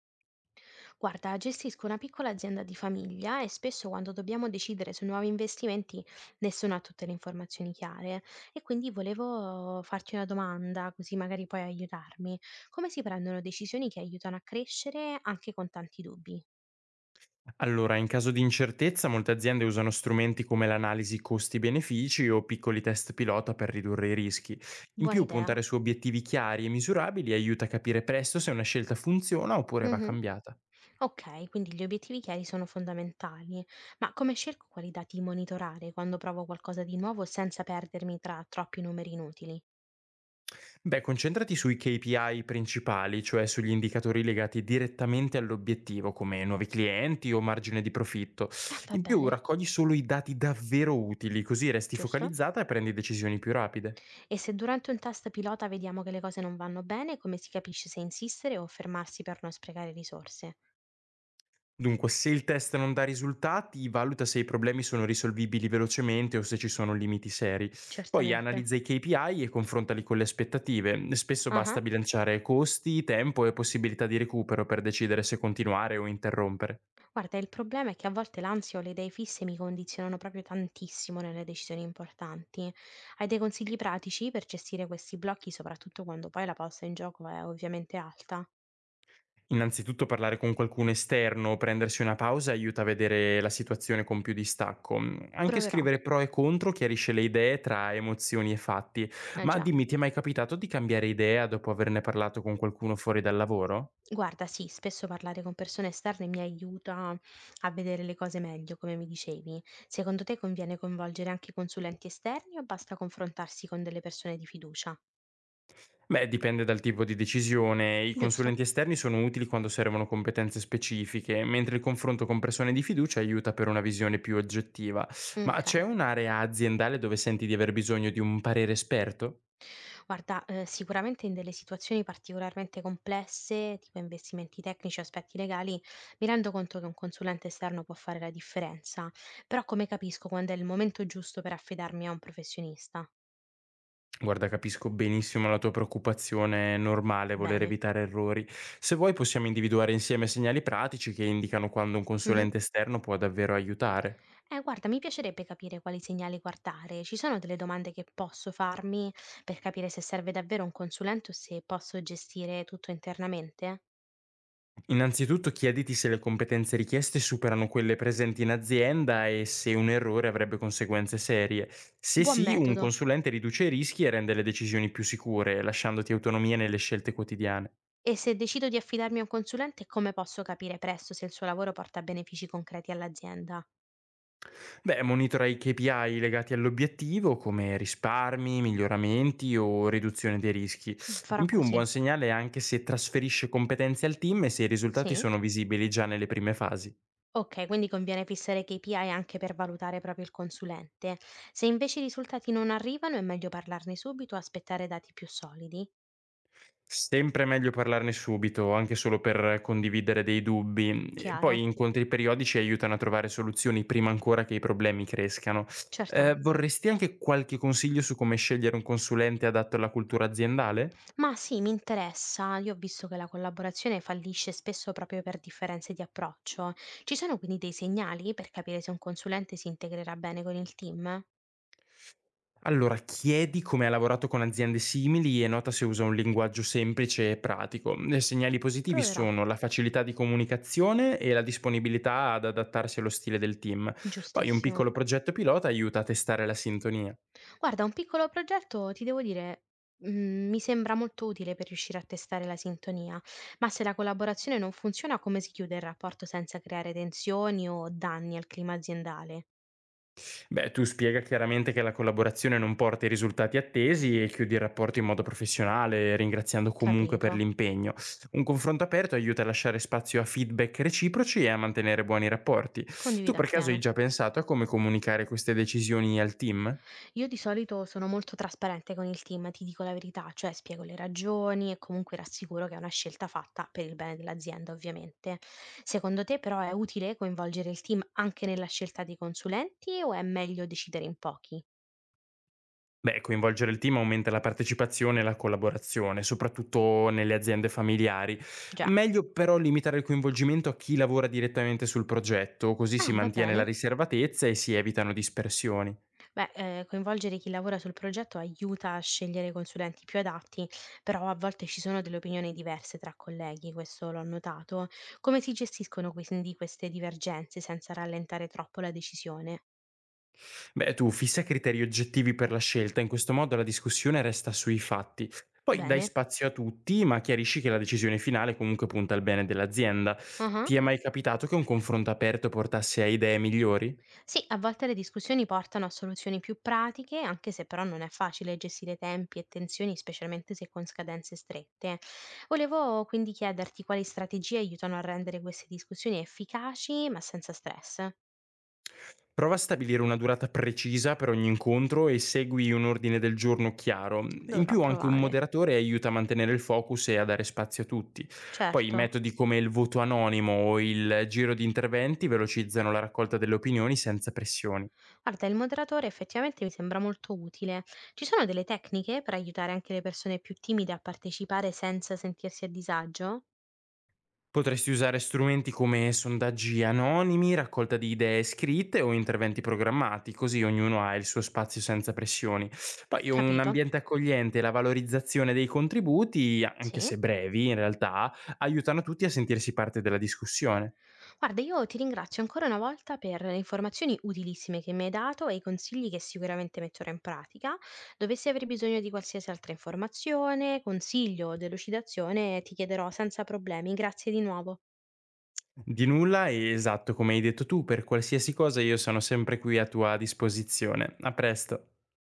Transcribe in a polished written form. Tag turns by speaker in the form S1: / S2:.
S1: Guarda, gestisco una piccola azienda di famiglia e spesso quando dobbiamo decidere su nuovi investimenti nessuno ha tutte le informazioni chiare e quindi volevo farti una domanda, così magari puoi aiutarmi. Come si prendono decisioni che aiutano a crescere anche con tanti dubbi?
S2: Allora, in caso di incertezza, molte aziende usano strumenti come l'analisi costi-benefici o piccoli test pilota per ridurre i rischi. In
S1: Buona
S2: più,
S1: idea.
S2: puntare su obiettivi chiari e misurabili aiuta a capire presto se una scelta funziona oppure va
S1: Mhm.
S2: cambiata.
S1: Ok, quindi gli obiettivi chiari sono fondamentali, ma come scelgo quali dati monitorare quando provo qualcosa di nuovo senza perdermi tra troppi numeri inutili?
S2: Beh, concentrati sui KPI principali, cioè sugli indicatori legati direttamente all'obiettivo, come nuovi clienti o margine di profitto.
S1: Ah, va
S2: In più,
S1: bene,
S2: raccogli solo i dati davvero utili, così resti
S1: giusto?
S2: focalizzata e prendi decisioni più rapide.
S1: E se durante un test pilota vediamo che le cose non vanno bene, come si capisce se insistere o fermarsi per non sprecare risorse?
S2: Dunque, se il test non dà risultati, valuta se i problemi sono risolvibili velocemente o se ci sono limiti seri. Poi
S1: Certamente.
S2: analizza i KPI e confrontali con le aspettative. Spesso
S1: Ah ah.
S2: basta bilanciare costi, tempo e possibilità di recupero per decidere se continuare o interrompere.
S1: Guarda, il problema è che a volte l'ansia o le idee fisse mi condizionano proprio tantissimo nelle decisioni importanti. Hai dei consigli pratici per gestire questi blocchi, soprattutto quando poi la posta in gioco è ovviamente alta?
S2: Innanzitutto parlare con qualcuno esterno o prendersi una pausa aiuta a vedere la situazione con più distacco. Anche
S1: Proverò.
S2: scrivere pro e contro chiarisce le idee tra emozioni e fatti.
S1: Eh
S2: Ma
S1: già.
S2: dimmi, ti è mai capitato di cambiare idea dopo averne parlato con qualcuno fuori dal lavoro?
S1: Guarda, sì, spesso parlare con persone esterne mi aiuta a vedere le cose meglio, come mi dicevi. Secondo te conviene coinvolgere anche i consulenti esterni o basta confrontarsi con delle persone di fiducia?
S2: Beh, dipende dal tipo di decisione. I
S1: Giusto?
S2: consulenti esterni sono utili quando servono competenze specifiche, mentre il confronto con persone di fiducia aiuta per una visione più oggettiva. Ma c'è
S1: Ok.
S2: un'area aziendale dove senti di aver bisogno di un parere esperto?
S1: Guarda, sicuramente in delle situazioni particolarmente complesse, tipo investimenti tecnici o aspetti legali, mi rendo conto che un consulente esterno può fare la differenza, però come capisco quando è il momento giusto per affidarmi a un professionista?
S2: Guarda, capisco benissimo la tua preoccupazione, è normale voler
S1: Bene.
S2: evitare errori. Se vuoi possiamo individuare insieme segnali pratici che indicano quando un
S1: Mhm.
S2: consulente esterno può davvero aiutare.
S1: Guarda, mi piacerebbe capire quali segnali guardare. Ci sono delle domande che posso farmi per capire se serve davvero un consulente o se posso gestire tutto internamente?
S2: Innanzitutto chiediti se le competenze richieste superano quelle presenti in azienda e se un errore avrebbe conseguenze serie. Se
S1: Buon
S2: sì, un
S1: metodo.
S2: consulente riduce i rischi e rende le decisioni più sicure, lasciandoti autonomia nelle scelte quotidiane.
S1: E se decido di affidarmi a un consulente, come posso capire presto se il suo lavoro porta benefici concreti all'azienda?
S2: Beh, monitora i KPI legati all'obiettivo, come risparmi, miglioramenti o riduzione dei rischi.
S1: Mm, farò
S2: In più, un
S1: così.
S2: buon segnale è anche se trasferisce competenze al team e se i risultati
S1: Sì?
S2: sono visibili già nelle prime fasi.
S1: Ok, quindi conviene fissare KPI anche per valutare proprio il consulente. Se invece i risultati non arrivano, è meglio parlarne subito o aspettare dati più solidi.
S2: Sempre meglio parlarne subito, anche solo per condividere dei dubbi. E
S1: Chiaro?
S2: poi incontri periodici aiutano a trovare soluzioni prima ancora che i problemi crescano.
S1: Certamente.
S2: Vorresti anche qualche consiglio su come scegliere un consulente adatto alla cultura aziendale?
S1: Ma sì, mi interessa. Io ho visto che la collaborazione fallisce spesso proprio per differenze di approccio. Ci sono quindi dei segnali per capire se un consulente si integrerà bene con il team?
S2: Allora, chiedi come ha lavorato con aziende simili e nota se usa un linguaggio semplice e pratico. Segnali positivi
S1: Proverò,
S2: sono la facilità di comunicazione e la disponibilità ad adattarsi allo stile del team. Poi un
S1: giustissimo.
S2: piccolo progetto pilota aiuta a testare la sintonia.
S1: Guarda, un piccolo progetto, ti devo dire, mm, mi sembra molto utile per riuscire a testare la sintonia, ma se la collaborazione non funziona, come si chiude il rapporto senza creare tensioni o danni al clima aziendale?
S2: Beh, tu spiega chiaramente che la collaborazione non porta i risultati attesi e chiudi il rapporto in modo professionale, ringraziando comunque
S1: Capito.
S2: per l'impegno. Un confronto aperto aiuta a lasciare spazio a feedback reciproci e a mantenere buoni rapporti. Tu
S1: Condivido
S2: per caso hai
S1: appieno.
S2: già pensato a come comunicare queste decisioni al team?
S1: Io di solito sono molto trasparente con il team, ti dico la verità, cioè spiego le ragioni e comunque rassicuro che è una scelta fatta per il bene dell'azienda, ovviamente. Secondo te però è utile coinvolgere il team anche nella scelta dei consulenti o è meglio decidere in pochi?
S2: Beh, coinvolgere il team aumenta la partecipazione e la collaborazione, soprattutto nelle aziende familiari.
S1: Già.
S2: Meglio però limitare il coinvolgimento a chi lavora direttamente sul progetto, così
S1: Ah,
S2: si
S1: va
S2: mantiene la
S1: bene.
S2: riservatezza e si evitano dispersioni.
S1: Beh, coinvolgere chi lavora sul progetto aiuta a scegliere i consulenti più adatti, però a volte ci sono delle opinioni diverse tra colleghi, questo l'ho notato. Come si gestiscono quindi queste divergenze senza rallentare troppo la decisione?
S2: Beh, tu fissa criteri oggettivi per la scelta, in questo modo la discussione resta sui fatti. Poi dai
S1: Bene.
S2: spazio a tutti, ma chiarisci che la decisione finale comunque punta al bene dell'azienda.
S1: Ah-ah.
S2: Ti è mai capitato che un confronto aperto portasse a idee migliori?
S1: Sì, a volte le discussioni portano a soluzioni più pratiche, anche se però non è facile gestire tempi e tensioni, specialmente se con scadenze strette. Volevo quindi chiederti quali strategie aiutano a rendere queste discussioni efficaci ma senza stress.
S2: Prova a stabilire una durata precisa per ogni incontro e segui un ordine del giorno chiaro. In
S1: Dovrò
S2: più anche un
S1: provare.
S2: moderatore aiuta a mantenere il focus e a dare spazio a tutti. Poi
S1: Certo.
S2: metodi come il voto anonimo o il giro di interventi velocizzano la raccolta delle opinioni senza pressioni.
S1: Guarda, il moderatore effettivamente mi sembra molto utile. Ci sono delle tecniche per aiutare anche le persone più timide a partecipare senza sentirsi a disagio?
S2: Potresti usare strumenti come sondaggi anonimi, raccolta di idee scritte o interventi programmati, così ognuno ha il suo spazio senza pressioni. Poi un
S1: Capito?
S2: ambiente accogliente e la valorizzazione dei contributi, anche
S1: Sì.
S2: se brevi in realtà, aiutano tutti a sentirsi parte della discussione.
S1: Guarda, io ti ringrazio ancora una volta per le informazioni utilissime che mi hai dato e i consigli che sicuramente metterò in pratica. Dovessi aver bisogno di qualsiasi altra informazione, consiglio o delucidazione, ti chiederò senza problemi. Grazie di nuovo.
S2: Di nulla, e esatto come hai detto tu, per qualsiasi cosa io sono sempre qui a tua disposizione. A presto.